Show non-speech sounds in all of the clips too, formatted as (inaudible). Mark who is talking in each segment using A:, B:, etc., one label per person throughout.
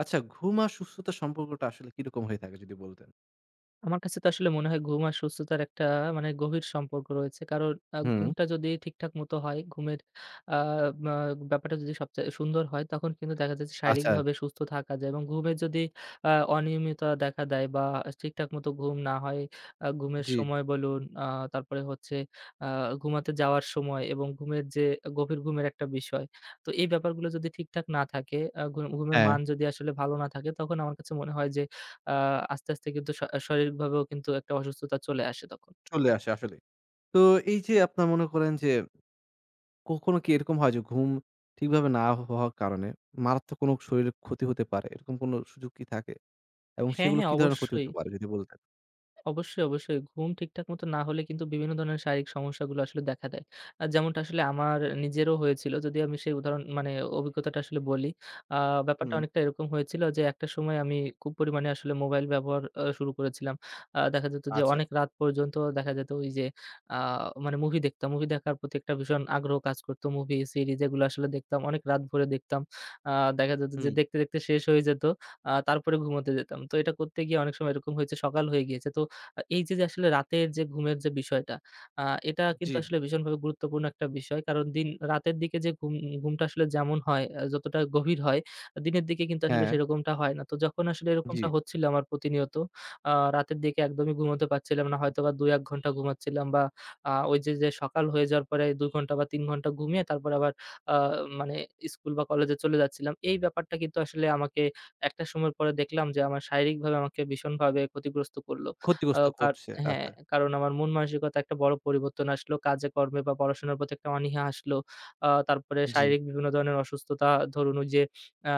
A: আচ্ছা, ঘুম আর সুস্থতার সম্পর্কটা আসলে কিরকম হয়ে থাকে যদি বলতেন?
B: আমার কাছে তো আসলে মনে হয় ঘুম আর সুস্থতার একটা মানে গভীর সম্পর্ক রয়েছে। কারণ
A: হুম,
B: ঘুমটা যদি ঠিকঠাক মতো হয়, ঘুমের আ মা ব্যাপারটা যদি সবচেয়ে সুন্দর হয়, তখন কিন্তু দেখা যাচ্ছে
A: আচ্ছা।
B: শারীরিকভাবে সুস্থ থাকা যায় এবং ঘুমের যদি আ অনিয়মিততা দেখা দেয় বা ঠিকঠাক মতো ঘুম না হয়, ঘুমের
A: জি,
B: সময় বলুন, তারপরে হচ্ছে আ ঘুমাতে যাওয়ার সময় এবং ঘুমের যে গভীর ঘুমের একটা বিষয়। তো এই ব্যাপারগুলো যদি ঠিকঠাক না থাকে, আ ঘু ঘুমের
A: হ্যাঁ,
B: মান যদি আসলে ভালো না থাকে, তখন আমার কাছে মনে হয় যে আ আস্তে, আস্তে কিন্তু শারীরিকভাবেও কিন্তু একটা অসুস্থতা চলে আসে তখন।
A: চলে আসে আসলেই। তো এই যে আপনার মনে করেন যে কখনো কি এরকম হয় যে ঘুম ঠিকভাবে না হওয়ার কারণে মারাত্মক কোনো শরীরের ক্ষতি হতে পারে, এরকম কোনো সুযোগ কি থাকে? এবং
B: হ্যাঁ,
A: সেগুলো
B: হ্যাঁ,
A: কি ধরনের ক্ষতি
B: অবশ্যই।
A: হতে পারে যদি বলতেন?
B: অবশ্যই, অবশ্যই। ঘুম ঠিকঠাক মতো না হলে কিন্তু বিভিন্ন ধরনের শারীরিক সমস্যাগুলো আসলে দেখা দেয়। যেমনটা আসলে আমার নিজেরও হয়েছিল। যদি আমি সেই উদাহরণ মানে অভিজ্ঞতাটা আসলে বলি। আ ব্যাপারটা
A: হুম,
B: অনেকটা এরকম হয়েছিল যে একটা সময় আমি খুব পরিমাণে আসলে মোবাইল ব্যবহার শুরু করেছিলাম। দেখা যেত যে
A: আচ্ছা,
B: অনেক রাত পর্যন্ত দেখা যেত ওই যে আ মানে মুভি দেখতাম। মুভি দেখার প্রতি একটা ভীষণ আগ্রহ কাজ করত। মুভি, সিরিজ এগুলো আসলে দেখতাম। অনেক রাত ভরে দেখতাম। আ দেখা যেত যে
A: হুম,
B: দেখতে, দেখতে শেষ হয়ে যেত। তারপরে ঘুমোতে যেতাম। তো এটা করতে গিয়ে অনেক সময় এরকম হয়েছে সকাল হয়ে গিয়েছে। তো এই যে, আসলে রাতের যে ঘুমের যে বিষয়টা, আ এটা
A: জি,
B: কিন্তু আসলে ভীষণভাবে গুরুত্বপূর্ণ একটা বিষয়। কারণ দিন রাতের দিকে যে ঘুমটা আসলে যেমন হয়, যতটা গভীর হয়, দিনের দিকে কিন্তু আসলে
A: হ্যাঁ,
B: সেরকমটা হয় না। তো যখন আসলে
A: জি,
B: এরকমটা হচ্ছিল আমার প্রতিনিয়ত, আ রাতের দিকে একদমই ঘুমোতে পারছিলাম না। হয়তোবা ২-১ ঘন্টা ঘুমাচ্ছিলাম বা ওই যে, সকাল হয়ে যাওয়ার পরে ২ ঘন্টা বা ৩ ঘন্টা ঘুমিয়ে তারপরে আবার আ মানে স্কুল বা কলেজে চলে যাচ্ছিলাম। এই ব্যাপারটা কিন্তু আসলে আমাকে একটা সময় পরে দেখলাম যে আমার শারীরিকভাবে আমাকে ভীষণভাবে ক্ষতিগ্রস্ত করল। আ
A: ক্ষতিগ্রস্ত
B: কার
A: করছে।
B: হ্যাঁ,
A: আচ্ছা,
B: কারণ আমার মন মানসিকতা একটা বড় পরিবর্তন আসলো। কাজে কর্মে বা পড়াশোনার প্রতি একটা অনীহা আসলো। তারপরে
A: জি,
B: শারীরিক বিভিন্ন ধরনের অসুস্থতা ধরুন ওই যে আ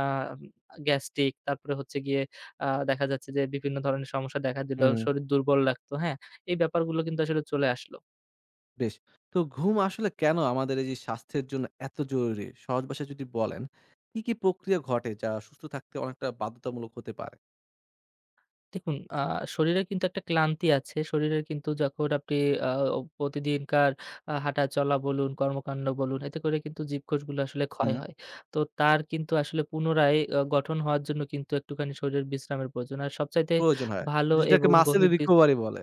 B: গ্যাস্ট্রিক তারপরে হচ্ছে গিয়ে দেখা যাচ্ছে যে বিভিন্ন ধরনের সমস্যা দেখা দিল।
A: হুম।
B: শরীর দুর্বল লাগতো। হ্যাঁ? এই ব্যাপারগুলো কিন্তু আসলে চলে আসলো।
A: বেশ। তো ঘুম আসলে কেন আমাদের এই যে স্বাস্থ্যের জন্য এত জরুরি? সহজ ভাষায় যদি বলেন, কি, কি প্রক্রিয়া ঘটে যা সুস্থ থাকতে অনেকটা বাধ্যতামূলক হতে পারে?
B: দেখুন, শরীরে কিন্তু একটা ক্লান্তি আছে। শরীরের কিন্তু যখন আপনি আ প্রতিদিনকার হাঁটা চলা বলুন, কর্মকাণ্ড বলুন, এতে করে কিন্তু জীবকোষগুলো আসলে ক্ষয়
A: হুম।
B: হয়। তো তার কিন্তু আসলে পুনরায় গঠন হওয়ার জন্য কিন্তু একটুখানি শরীরের বিশ্রামের প্রয়োজন। আর সবচাইতে
A: প্রয়োজন হয়।
B: ভালো
A: যেটাকে
B: এবং
A: মাসেল
B: গভীর বিশ্রাম।
A: রিকভারি বলে।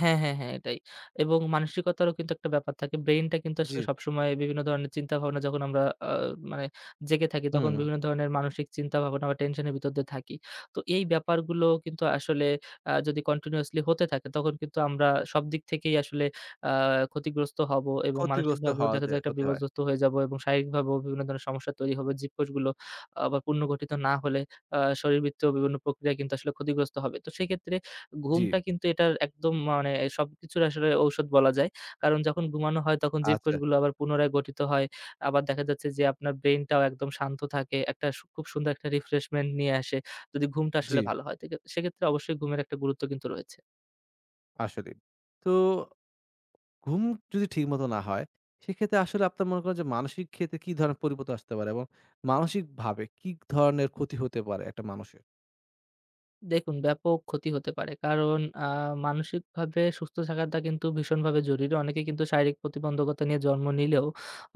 B: হ্যাঁ, হ্যাঁ, হ্যাঁ, এটাই। এবং মানসিকতারও কিন্তু একটা ব্যাপার থাকে। ব্রেইনটা কিন্তু
A: জি।
B: আসলে সবসময় বিভিন্ন ধরনের চিন্তাভাবনা, যখন আমরা আ মানে জেগে থাকি, তখন
A: হুম।
B: বিভিন্ন ধরনের মানসিক চিন্তাভাবনা বা টেনশনের ভিতর দিয়ে থাকি। তো এই ব্যাপারগুলো কিন্তু আসলে যদি কন্টিনিউয়াসলি হতে থাকে, তখন কিন্তু আমরা সব দিক থেকেই আসলে আ ক্ষতিগ্রস্ত হব এবং
A: ক্ষতিগ্রস্ত
B: মানসিকভাবেও
A: হওয়া
B: দেখা যায়
A: যায়
B: একটা
A: হতে হয়।
B: বিপর্যস্ত হয়ে যাব এবং শারীরিকভাবেও বিভিন্ন ধরনের সমস্যা তৈরি হবে। জীবকোষগুলো আবার পুনর্গঠিত না হলে শরীরবৃত্তীয় বিভিন্ন প্রক্রিয়া কিন্তু আসলে ক্ষতিগ্রস্ত হবে। তো সেক্ষেত্রে
A: জি।
B: ঘুমটা কিন্তু এটার একদম মানে সবকিছুর আসলে ঔষধ বলা যায়। কারণ যখন ঘুমানো হয় তখন
A: আচ্ছা।
B: জীবকোষগুলো আবার পুনরায় গঠিত হয়। আবার দেখা যাচ্ছে যে আপনার ব্রেইনটাও একদম শান্ত থাকে। একটা খুব সুন্দর একটা রিফ্রেশমেন্ট নিয়ে আসে, যদি ঘুমটা
A: জি,
B: আসলে ভালো হয়। তো সেক্ষেত্রে অবশ্যই ঘুমের একটা গুরুত্ব কিন্তু রয়েছে।
A: আসলেই। তো ঘুম যদি ঠিকমতো না হয়, সেক্ষেত্রে আসলে আপনার মনে করেন যে মানসিক ক্ষেত্রে কি ধরনের পরিবর্তন আসতে পারে? এবং মানসিকভাবে কি ধরনের ক্ষতি হতে পারে একটা মানুষের?
B: দেখুন, ব্যাপক ক্ষতি হতে পারে। কারণ আ মানসিকভাবে সুস্থ থাকাটা কিন্তু ভীষণভাবে জরুরি। অনেকে কিন্তু শারীরিক প্রতিবন্ধকতা নিয়ে জন্ম নিলেও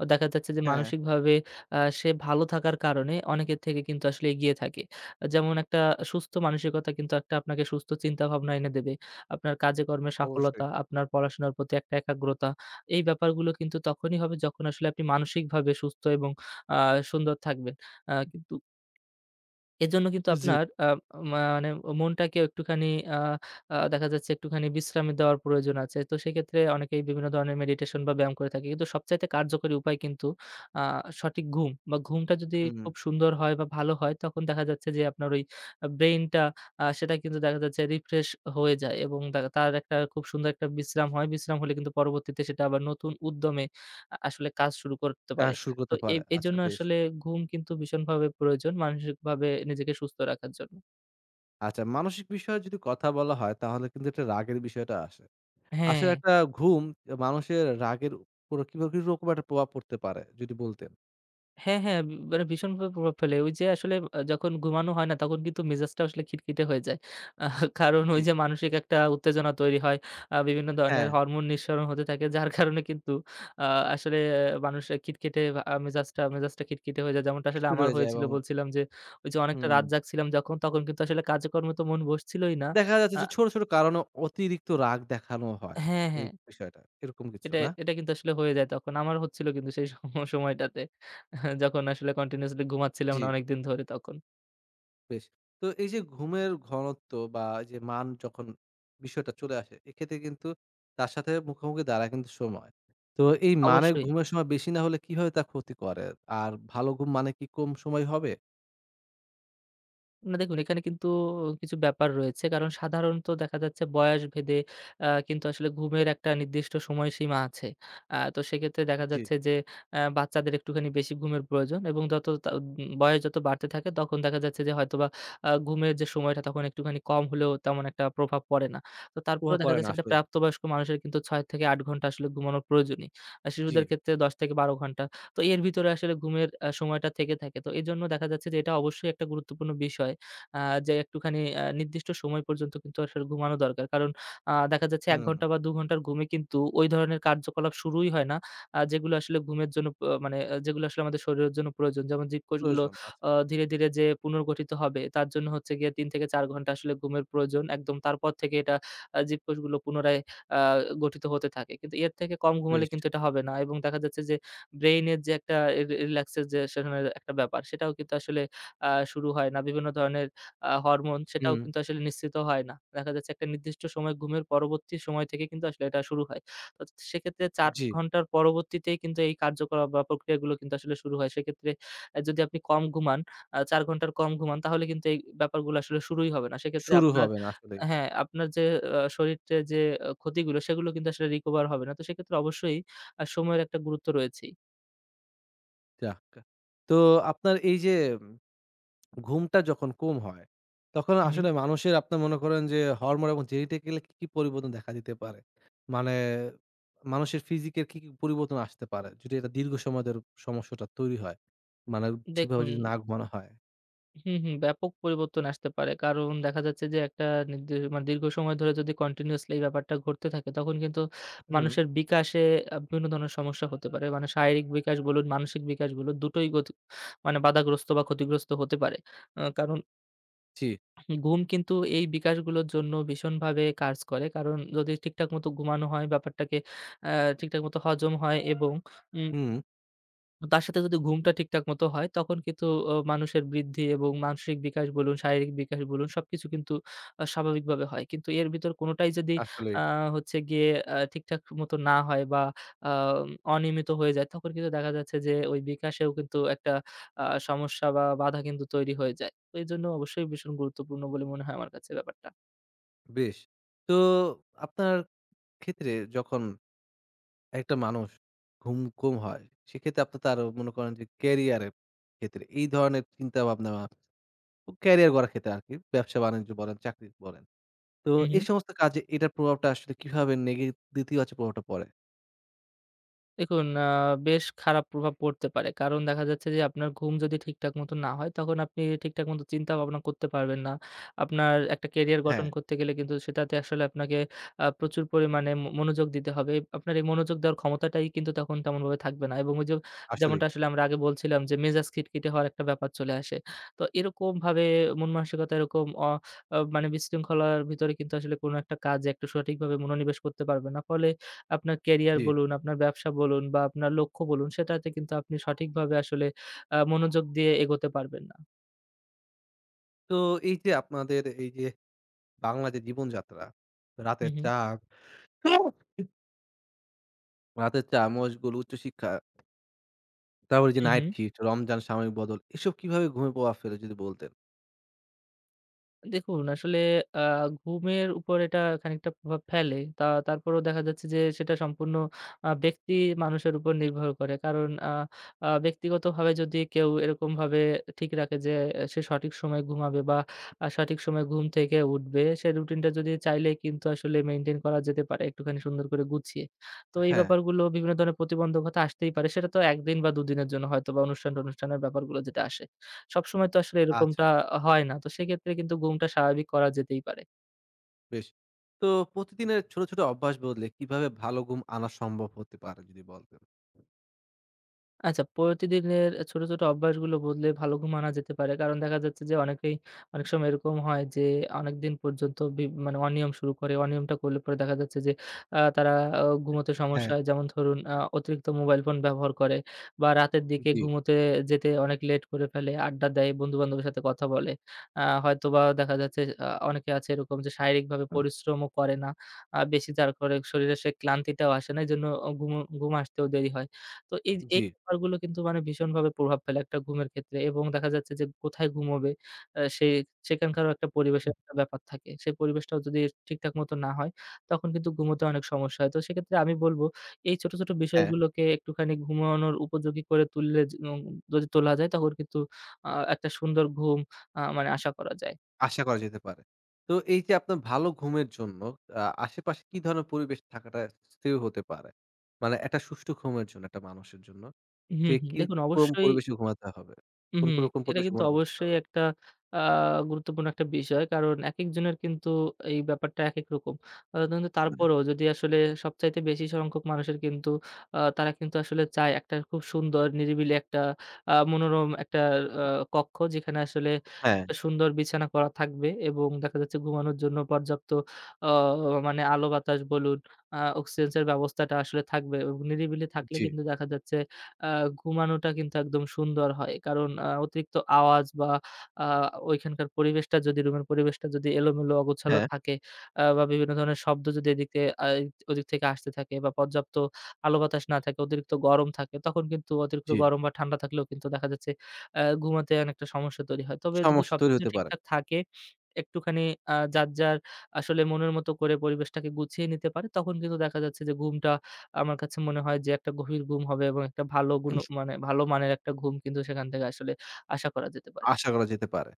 B: দেখা যাচ্ছে যে
A: হ্যাঁ,
B: মানসিকভাবে সে ভালো থাকার কারণে অনেকের থেকে কিন্তু আসলে এগিয়ে থাকে। যেমন একটা সুস্থ মানসিকতা কিন্তু একটা আপনাকে সুস্থ চিন্তাভাবনা এনে দেবে। আপনার কাজে কর্মে
A: অবশ্যই।
B: সাফলতা, আপনার পড়াশোনার প্রতি একটা একাগ্রতা। এই ব্যাপারগুলো কিন্তু তখনই হবে যখন আসলে আপনি মানসিকভাবে সুস্থ এবং আ সুন্দর থাকবেন। কিন্তু এজন্য কিন্তু
A: জি।
B: আপনার মানে মনটাকে একটুখানি, আ আ দেখা যাচ্ছে একটুখানি বিশ্রাম দেওয়ার প্রয়োজন আছে। তো সেক্ষেত্রে অনেকেই বিভিন্ন ধরনের মেডিটেশন বা ব্যায়াম করে থাকে। কিন্তু সবচাইতে কার্যকরী উপায় কিন্তু আ সঠিক ঘুম। বা ঘুমটা যদি
A: হুম।
B: খুব সুন্দর হয় বা ভালো হয় তখন দেখা যাচ্ছে যে আপনার ওই ব্রেইনটা, সেটা কিন্তু দেখা যাচ্ছে রিফ্রেশ হয়ে যায় এবং তার একটা খুব সুন্দর একটা বিশ্রাম হয়। বিশ্রাম হলে কিন্তু পরবর্তীতে সেটা আবার নতুন উদ্যমে আসলে কাজ শুরু করতে পারে।
A: কাজ শুরু
B: তো
A: করতে পারে। আচ্ছা,
B: এজন্য
A: বেশ।
B: আসলে ঘুম কিন্তু ভীষণভাবে প্রয়োজন মানসিকভাবে নিজেকে সুস্থ রাখার জন্য।
A: আচ্ছা, মানসিক বিষয়ে যদি কথা বলা হয় তাহলে কিন্তু একটা রাগের বিষয়টা আসে।
B: হ্যাঁ,
A: আসলে একটা ঘুম মানুষের রাগের উপর কিভাবে কিরকম একটা প্রভাব পড়তে পারে যদি বলতেন?
B: হ্যাঁ, হ্যাঁ, মানে ভীষণভাবে প্রভাব ফেলে। ওই যে আসলে যখন ঘুমানো হয় না তখন কিন্তু মেজাজটা আসলে খিটখিটে হয়ে যায়। আহ (laughs) কারণ ওই
A: জি।
B: যে মানসিক একটা উত্তেজনা তৈরি হয়। বিভিন্ন ধরনের
A: হ্যাঁ,
B: হরমোন নিঃসরণ হতে থাকে, যার (laughs) কারণে কিন্তু আ আসলে মানুষের খিটখিটে, আ মেজাজটা মেজাজটা খিটখিটে হয়ে যায়। যেমনটা আসলে
A: খিটখিটে
B: আমার
A: হয়ে যায়
B: হয়েছিল
A: এবং
B: বলছিলাম যে ওই যে অনেকটা
A: হুম,
B: রাত জাগছিলাম যখন, তখন কিন্তু আসলে কাজকর্মে তো মন বসছিলই না।
A: দেখা যাচ্ছে
B: আ
A: যে ছোট, ছোট কারণে অতিরিক্ত রাগ দেখানো হয়
B: হ্যাঁ,
A: এই
B: হ্যাঁ।
A: বিষয়টা। এরকম কিছু
B: এটা
A: না?
B: এটা কিন্তু আসলে হয়ে যায় তখন। আমার হচ্ছিল কিন্তু সেই (laughs) সময়টাতে। যখন আসলে কন্টিনিউয়াসলি ঘুমাচ্ছিলাম
A: জি।
B: না অনেকদিন ধরে তখন।
A: বেশ। তো এই যে ঘুমের ঘনত্ব বা এই যে মান যখন বিষয়টা চলে আসে, এক্ষেত্রে কিন্তু তার সাথে মুখোমুখি দাঁড়ায় কিন্তু সময়। তো এই মানের
B: অবশ্যই।
A: ঘুমের সময় বেশি না হলে কিভাবে তা ক্ষতি করে? আর ভালো ঘুম মানে কি কম সময় হবে?
B: না দেখুন, এখানে কিন্তু কিছু ব্যাপার রয়েছে। কারণ সাধারণত দেখা যাচ্ছে বয়স ভেদে কিন্তু আসলে ঘুমের একটা নির্দিষ্ট সময়সীমা আছে। তো সেক্ষেত্রে দেখা
A: জি।
B: যাচ্ছে যে বাচ্চাদের একটুখানি বেশি ঘুমের প্রয়োজন এবং যত তা উম বয়স যত বাড়তে থাকে তখন দেখা যাচ্ছে যে হয়তোবা ঘুমের যে সময়টা তখন একটুখানি কম হলেও তেমন একটা প্রভাব পড়ে না। তো তারপরেও
A: প্রভাব
B: দেখা
A: পড়ে না
B: যাচ্ছে একটা
A: আসলেই।
B: প্রাপ্তবয়স্ক মানুষের কিন্তু ৬ থেকে ৮ ঘন্টা আসলে ঘুমানো প্রয়োজনই। আর
A: জি।
B: শিশুদের ক্ষেত্রে ১০ থেকে ১২ ঘন্টা। তো এর ভিতরে আসলে ঘুমের সময়টা থেকে থাকে। তো এজন্য দেখা যাচ্ছে যে এটা অবশ্যই একটা গুরুত্বপূর্ণ বিষয়। আ যে একটুখানি নির্দিষ্ট সময় পর্যন্ত কিন্তু আসলে ঘুমানো দরকার। কারণ দেখা যাচ্ছে ১
A: হুম,
B: ঘন্টা বা ২ ঘন্টার ঘুমে কিন্তু ওই ধরনের কার্যকলাপ শুরুই হয় না। যেগুলো আসলে ঘুমের জন্য মানে যেগুলো আসলে আমাদের শরীরের জন্য প্রয়োজন। যেমন জীবকোষগুলো
A: প্রয়োজন আছে।
B: ধীরে, ধীরে যে পুনর্গঠিত হবে তার জন্য হচ্ছে গিয়ে ৩ থেকে ৪ ঘন্টা আসলে ঘুমের প্রয়োজন। একদম তারপর থেকে এটা, জীবকোষগুলো পুনরায় আ গঠিত হতে থাকে। কিন্তু এর থেকে কম ঘুমালে
A: বেশ।
B: কিন্তু এটা হবে না এবং দেখা যাচ্ছে যে ব্রেইনের যে একটা রিল্যাক্সের যে সেখানে একটা ব্যাপার, সেটাও কিন্তু আসলে শুরু হয় না। বিভিন্ন ধরনের হরমোন, সেটাও
A: হুম,
B: কিন্তু আসলে নিঃসৃত হয় না। দেখা যাচ্ছে একটা নির্দিষ্ট সময় ঘুমের পরবর্তী সময় থেকে কিন্তু আসলে এটা শুরু হয়। তো সেক্ষেত্রে ৪
A: জি।
B: ঘন্টার পরবর্তীতেই কিন্তু এই কার্যকলাপ বা প্রক্রিয়াগুলো কিন্তু আসলে শুরু হয়। সেক্ষেত্রে যদি আপনি কম ঘুমান, ৪ ঘন্টার কম ঘুমান তাহলে কিন্তু এই ব্যাপারগুলো আসলে শুরুই হবে না। সেক্ষেত্রে
A: শুরু
B: আপনার,
A: হবে না আসলেই।
B: হ্যাঁ, আপনার যে শরীরের যে ক্ষতিগুলো, সেগুলো কিন্তু আসলে রিকভার হবে না। তো সেক্ষেত্রে অবশ্যই সময়ের একটা গুরুত্ব রয়েছেই।
A: যাক। তো আপনার এই যে ঘুমটা যখন কম হয়, তখন
B: হু, হু।
A: আসলে মানুষের আপনার মনে করেন যে হরমোন এবং জেনেটিক্যালি কি, কি পরিবর্তন দেখা দিতে পারে? মানে মানুষের ফিজিকের কি, কি পরিবর্তন আসতে পারে? যদি এটা দীর্ঘ সময় ধরে সমস্যাটা তৈরি হয়। মানে ঠিকভাবে
B: দেখুন,
A: যদি না ঘুমানো হয়।
B: হুম, হুম। ব্যাপক পরিবর্তন আসতে পারে। কারণ দেখা যাচ্ছে যে একটা মানে দীর্ঘ সময় ধরে যদি কন্টিনিউয়াসলি এই ব্যাপারটা ঘটতে থাকে তখন কিন্তু
A: হুম,
B: মানুষের বিকাশে বিভিন্ন ধরনের সমস্যা হতে পারে। মানে শারীরিক বিকাশ বলুন, মানসিক বিকাশ বলুন, দুটোই মানে বাধাগ্রস্ত বা ক্ষতিগ্রস্ত হতে পারে। কারণ
A: জি,
B: ঘুম কিন্তু এই বিকাশগুলোর জন্য ভীষণভাবে কাজ করে। কারণ যদি ঠিকঠাক মতো ঘুমানো হয়, ব্যাপারটাকে আ ঠিকঠাক মতো হজম হয় এবং উম
A: হুম,
B: তার সাথে যদি ঘুমটা ঠিকঠাক মতো হয় তখন কিন্তু মানুষের বৃদ্ধি এবং মানসিক বিকাশ বলুন, শারীরিক বিকাশ বলুন, সবকিছু কিন্তু স্বাভাবিকভাবে হয়। কিন্তু এর ভিতর কোনটাই যদি
A: আসলেই
B: আ হচ্ছে গিয়ে ঠিকঠাক মতো না হয় বা আ অনিয়মিত হয়ে যায়, তখন কিন্তু দেখা যাচ্ছে যে ওই বিকাশেও কিন্তু একটা সমস্যা বা বাধা কিন্তু তৈরি হয়ে যায়। তো এজন্য অবশ্যই ভীষণ গুরুত্বপূর্ণ বলে মনে হয় আমার কাছে ব্যাপারটা।
A: বেশ। তো আপনার ক্ষেত্রে যখন একটা মানুষ ঘুম কম হয়, সেক্ষেত্রে আপনার তার মনে করেন যে ক্যারিয়ারের ক্ষেত্রে এই ধরনের চিন্তাভাবনা ক্যারিয়ার গড়ার ক্ষেত্রে আরকি। ব্যবসা-বাণিজ্য বলেন, চাকরি বলেন। তো
B: হু, হু।
A: এই সমস্ত কাজে এটার প্রভাবটা আসলে কিভাবে নেতিবাচক প্রভাবটা পড়ে?
B: দেখুন, বেশ খারাপ প্রভাব পড়তে পারে। কারণ দেখা যাচ্ছে যে আপনার ঘুম যদি ঠিকঠাক মতো না হয় তখন আপনি ঠিকঠাক মতো চিন্তা ভাবনা করতে পারবেন না। আপনার একটা ক্যারিয়ার গঠন
A: হ্যাঁ,
B: করতে গেলে কিন্তু সেটাতে আসলে আপনাকে প্রচুর পরিমাণে মনোযোগ দিতে হবে। আপনার এই মনোযোগ দেওয়ার ক্ষমতাটাই কিন্তু তখন তেমনভাবে থাকবে না এবং ওই যে,
A: আসলেই।
B: যেমনটা আসলে আমরা আগে বলছিলাম, যে মেজাজ খিটখিটে হওয়ার একটা ব্যাপার চলে আসে। তো এরকমভাবে মন মানসিকতা এরকম অ আ মানে বিশৃঙ্খলার ভিতরে কিন্তু আসলে কোনো একটা কাজে একটু সঠিকভাবে মনোনিবেশ করতে পারবে না। ফলে আপনার ক্যারিয়ার
A: জি।
B: বলুন, আপনার ব্যবসা বলুন বা আপনার লক্ষ্য বলুন, সেটাতে কিন্তু আপনি সঠিকভাবে আসলে মনোযোগ দিয়ে এগোতে পারবেন না।
A: তো এই যে আপনাদের এই যে বাংলা যে জীবনযাত্রা, রাতের
B: হু,
A: চা, রাতের চা, মশগুল, উচ্চশিক্ষা, তারপরে যে
B: হু।
A: নাইট শিফট, রমজান, সাময়িক বদল এসব কিভাবে ঘুমে প্রভাব ফেলে যদি বলতেন?
B: দেখুন, আসলে আ ঘুমের উপর এটা খানিকটা প্রভাব ফেলে। তারপরেও দেখা যাচ্ছে যে সেটা সম্পূর্ণ ব্যক্তি মানুষের উপর নির্ভর করে। কারণ আ আ ব্যক্তিগতভাবে যদি কেউ এরকমভাবে ঠিক রাখে যে সে সঠিক সময়ে ঘুমাবে বা সঠিক সময়ে ঘুম থেকে উঠবে, সে রুটিনটা যদি চাইলেই কিন্তু আসলে মেইনটেইন করা যেতে পারে একটুখানি সুন্দর করে গুছিয়ে। তো এই
A: হ্যাঁ,
B: ব্যাপারগুলো, বিভিন্ন ধরনের প্রতিবন্ধকতা আসতেই পারে। সেটা তো ১ দিন বা ২ দিনের জন্য হয়তোবা অনুষ্ঠান-টনুষ্ঠানের ব্যাপারগুলো যেটা আসে। সবসময় তো আসলে
A: আচ্ছা,
B: এরকমটা হয় না। তো সেক্ষেত্রে কিন্তু ঘুমটা স্বাভাবিক করা যেতেই পারে।
A: বেশ। তো প্রতিদিনের ছোট, ছোট অভ্যাস বদলে কিভাবে ভালো ঘুম আনা সম্ভব হতে পারে যদি বলতেন?
B: আচ্ছা, প্রতিদিনের ছোট, ছোট অভ্যাসগুলো বদলে ভালো ঘুম আনা যেতে পারে। কারণ দেখা যাচ্ছে যে অনেকেই, অনেক সময় এরকম হয় যে অনেকদিন পর্যন্ত মানে অনিয়ম শুরু করে। অনিয়মটা করলে পরে দেখা যাচ্ছে যে তারা ঘুমোতে সমস্যা
A: হ্যাঁ,
B: হয়। যেমন ধরুন অতিরিক্ত মোবাইল ফোন ব্যবহার করে বা রাতের দিকে
A: জি,
B: ঘুমোতে যেতে অনেক লেট করে ফেলে, আড্ডা দেয়, বন্ধু-বান্ধবের সাথে কথা বলে। হয়তোবা দেখা যাচ্ছে অনেকে আছে এরকম যে শারীরিকভাবে পরিশ্রমও করে না। বেশি যার করে শরীরে সেই ক্লান্তিটাও আসে না। এজন্য ঘুম আসতেও দেরি হয়। তো এই
A: জি।
B: ব্যাপারগুলো কিন্তু মানে ভীষণভাবে প্রভাব ফেলে একটা ঘুমের ক্ষেত্রে, এবং দেখা যাচ্ছে যে কোথায় ঘুমোবে, আ সে সেখানকারও একটা পরিবেশের একটা ব্যাপার থাকে। সেই পরিবেশটাও যদি ঠিকঠাক মতো না হয়, তখন কিন্তু ঘুমোতে অনেক সমস্যা হয়। তো সেক্ষেত্রে আমি বলব, এই ছোট, ছোট
A: হ্যাঁ।
B: বিষয়গুলোকে একটুখানি ঘুমানোর উপযোগী করে তুললে, য উম যদি তোলা যায়, তখন কিন্তু একটা সুন্দর ঘুম, মানে আশা করা যায়।
A: আশা করা যেতে পারে। তো এই যে আপনার ভালো ঘুমের জন্য আশেপাশে কি ধরনের পরিবেশ থাকাটা স্থির হতে পারে? মানে একটা সুষ্ঠু ঘুমের জন্য একটা মানুষের জন্য
B: হুম,
A: সে
B: হুম।
A: কি
B: দেখুন,
A: কোন
B: অবশ্যই।
A: পরিবেশে ঘুমাতে হবে?
B: হুম,
A: কোন
B: হুম।
A: কোন রকম
B: এটা
A: পরিবেশে
B: কিন্তু
A: ঘুমানো উচিত
B: অবশ্যই
A: হবে?
B: একটা আ গুরুত্বপূর্ণ একটা বিষয়। কারণ একেকজনের কিন্তু এই ব্যাপারটা একেক রকম। কিন্তু তারপরেও যদি আসলে সবচাইতে বেশি সংখ্যক মানুষের কিন্তু, তারা কিন্তু আসলে চায় একটা খুব সুন্দর নিরিবিলি একটা, মনোরম একটা আ কক্ষ, যেখানে আসলে
A: হ্যাঁ,
B: একটা সুন্দর বিছানা করা থাকবে, এবং দেখা যাচ্ছে ঘুমানোর জন্য পর্যাপ্ত আ মানে আলো বাতাস বলুন, অক্সিজেন্সের ব্যবস্থাটা আসলে থাকবে, এবং নিরিবিলি থাকলে
A: জি,
B: কিন্তু দেখা যাচ্ছে আ ঘুমানোটা কিন্তু একদম সুন্দর হয়। কারণ অতিরিক্ত আওয়াজ বা আ ওইখানকার পরিবেশটা যদি, রুমের পরিবেশটা যদি এলোমেলো অগোছালো
A: হ্যাঁ,
B: থাকে, বা বিভিন্ন ধরনের শব্দ যদি এদিকে ওদিক থেকে আসতে থাকে, বা পর্যাপ্ত আলো বাতাস না থাকে, অতিরিক্ত গরম থাকে, তখন কিন্তু, অতিরিক্ত
A: জি।
B: গরম বা ঠান্ডা থাকলেও কিন্তু দেখা যাচ্ছে ঘুমাতে অনেকটা সমস্যা তৈরি হয়। তবে যদি
A: সমস্যা তৈরি
B: সবকিছু
A: হতে পারে।
B: ঠিকঠাক থাকে, একটুখানি যার, যার আসলে মনের মতো করে পরিবেশটাকে গুছিয়ে নিতে পারে, তখন কিন্তু দেখা যাচ্ছে যে ঘুমটা, আমার কাছে মনে হয় যে একটা গভীর ঘুম হবে, এবং একটা ভালো গুণ মানে ভালো মানের একটা ঘুম কিন্তু সেখান থেকে আসলে আশা করা যেতে পারে।
A: আশা করা যেতে পারে।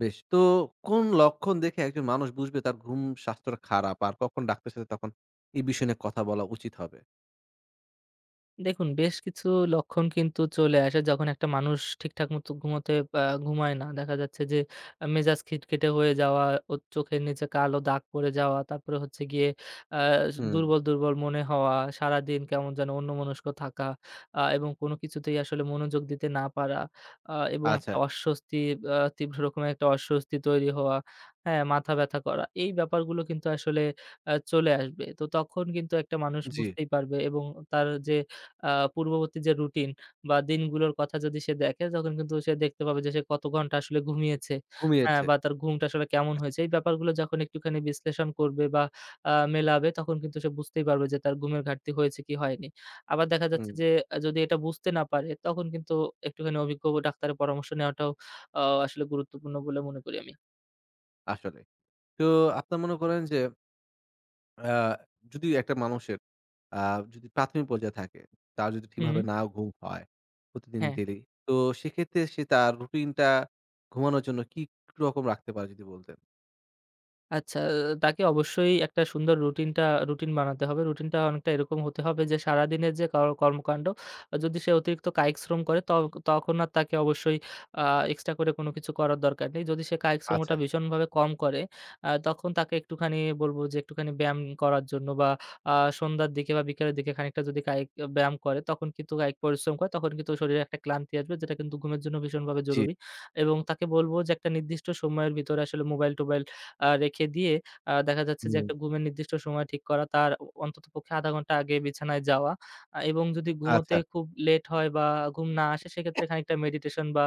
A: বেশ। তো কোন লক্ষণ দেখে একজন মানুষ বুঝবে তার ঘুম স্বাস্থ্যটা খারাপ আর কখন ডাক্তারের সাথে তখন এই বিষয় নিয়ে কথা বলা উচিত হবে?
B: দেখুন, বেশ কিছু লক্ষণ কিন্তু চলে আসে যখন একটা মানুষ ঠিকঠাক মতো ঘুমোতে ঘুমায় না। দেখা যাচ্ছে যে, মেজাজ খিটখিটে হয়ে যাওয়া, ওর চোখের নিচে কালো দাগ পড়ে যাওয়া, তারপরে হচ্ছে গিয়ে আ
A: হুম,
B: দুর্বল, দুর্বল মনে হওয়া, সারাদিন কেমন যেন অন্যমনস্ক থাকা, এবং কোনো কিছুতেই আসলে মনোযোগ দিতে না পারা, এবং
A: আচ্ছা,
B: একটা অস্বস্তি, তীব্র রকমের একটা অস্বস্তি তৈরি হওয়া, হ্যাঁ? মাথা ব্যথা করা। এই ব্যাপারগুলো কিন্তু আসলে চলে আসবে। তো তখন কিন্তু একটা মানুষ
A: জি।
B: বুঝতেই পারবে, এবং তার যে আ পূর্ববর্তী যে রুটিন বা দিনগুলোর কথা যদি সে দেখে, তখন কিন্তু সে দেখতে পাবে যে সে কত ঘন্টা আসলে ঘুমিয়েছে, হ্যাঁ?
A: ঘুমিয়েছে।
B: বা তার ঘুমটা আসলে কেমন হয়েছে। এই ব্যাপারগুলো যখন একটুখানি বিশ্লেষণ করবে বা মেলাবে, তখন কিন্তু সে বুঝতেই পারবে যে তার ঘুমের ঘাটতি হয়েছে কি হয়নি। আবার দেখা যাচ্ছে
A: হুম।
B: যে, যদি এটা বুঝতে না পারে, তখন কিন্তু একটুখানি অভিজ্ঞ ডাক্তারের পরামর্শ নেওয়াটাও আসলে গুরুত্বপূর্ণ বলে মনে করি আমি।
A: আসলে। তো আপনার মনে করেন যে আ যদি একটা মানুষের আ যদি প্রাথমিক পর্যায়ে থাকে, তার যদি
B: হুম,
A: ঠিকভাবে না ঘুম হয় প্রতিদিন
B: হ্যাঁ।
A: ডেইলি, তো সেক্ষেত্রে সে তার রুটিনটা ঘুমানোর জন্য কি রকম রাখতে পারে যদি বলতেন?
B: আচ্ছা, তাকে অবশ্যই একটা সুন্দর রুটিন বানাতে হবে। রুটিনটা অনেকটা এরকম হতে হবে যে, সারাদিনের যে কর্মকাণ্ড, যদি সে অতিরিক্ত কায়িক শ্রম করে তখন আর তাকে অবশ্যই আ এক্সট্রা করে কোনো কিছু করার দরকার নেই। যদি সে কায়িক শ্রমটা
A: আচ্ছা,
B: ভীষণভাবে কম করে, তখন তাকে একটুখানি বলব যে একটুখানি ব্যায়াম করার জন্য, বা আ সন্ধ্যার দিকে বা বিকেলের দিকে খানিকটা যদি কায়িক ব্যায়াম করে, তখন কিন্তু, কায়িক পরিশ্রম করে তখন কিন্তু শরীরে একটা ক্লান্তি আসবে, যেটা কিন্তু ঘুমের জন্য ভীষণভাবে
A: জি।
B: জরুরি। এবং তাকে বলব যে, একটা নির্দিষ্ট সময়ের ভিতরে আসলে মোবাইল-টোবাইল রেখে দিয়ে, দেখা যাচ্ছে যে,
A: হুম,
B: একটা ঘুমের নির্দিষ্ট সময় ঠিক করা, তার অন্ততপক্ষে ০.৫ ঘন্টা আগে বিছানায় যাওয়া। এবং যদি ঘুমোতে
A: আচ্ছা,
B: খুব লেট হয় বা ঘুম না আসে, সেক্ষেত্রে খানিকটা মেডিটেশন বা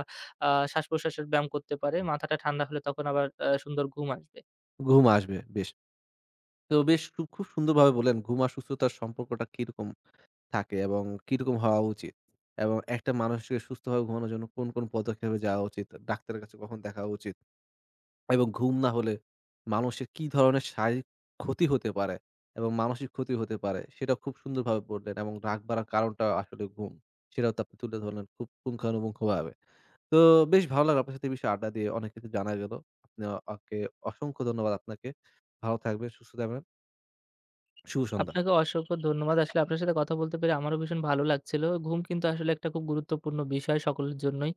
B: শ্বাস-প্রশ্বাসের ব্যায়াম করতে পারে। মাথাটা ঠান্ডা হলে তখন আবার সুন্দর ঘুম আসবে।
A: ঘুম আসবে। বেশ। তো বেশ খুব সুন্দরভাবে বললেন ঘুম আর সুস্থতার সম্পর্কটা কিরকম থাকে এবং কিরকম হওয়া উচিত? এবং একটা মানুষকে সুস্থভাবে ঘুমানোর জন্য কোন, কোন পদক্ষেপে যাওয়া উচিত? ডাক্তারের কাছে কখন দেখা উচিত? এবং ঘুম না হলে মানুষের কি ধরনের শারীরিক ক্ষতি হতে পারে এবং মানসিক ক্ষতি হতে পারে, সেটা খুব সুন্দরভাবে বললেন এবং রাগ বাড়ার কারণটা আসলে ঘুম। সেটাও তো আপনি তুলে ধরলেন খুব পুঙ্খানুপুঙ্খভাবে। তো বেশ ভালো লাগলো আপনার সাথে এই বিষয়ে আড্ডা দিয়ে অনেক কিছু জানা গেল। আপনি আমাকে অসংখ্য ধন্যবাদ আপনাকে। ভালো থাকবেন, সুস্থ থাকবেন। শুভ সন্ধ্যা।
B: আপনাকে অসংখ্য ধন্যবাদ। আসলে আপনার সাথে কথা বলতে পেরে আমারও ভীষণ ভালো লাগছিল। ঘুম কিন্তু আসলে একটা খুব গুরুত্বপূর্ণ বিষয় সকলের জন্যই।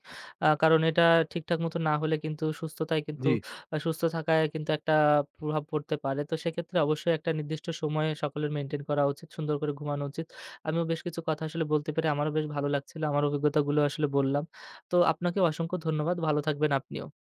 B: কারণ এটা ঠিকঠাক মতো না হলে কিন্তু সুস্থতায় কিন্তু,
A: জি।
B: সুস্থ থাকায় কিন্তু একটা প্রভাব পড়তে পারে। তো সেক্ষেত্রে অবশ্যই একটা নির্দিষ্ট সময়ে সকলের মেইনটেইন করা উচিত। সুন্দর করে ঘুমানো উচিত। আমিও বেশ কিছু কথা আসলে বলতে পেরে আমারও বেশ ভালো লাগছিল। আমার অভিজ্ঞতাগুলো আসলে বললাম। তো আপনাকে অসংখ্য ধন্যবাদ। ভালো থাকবেন আপনিও।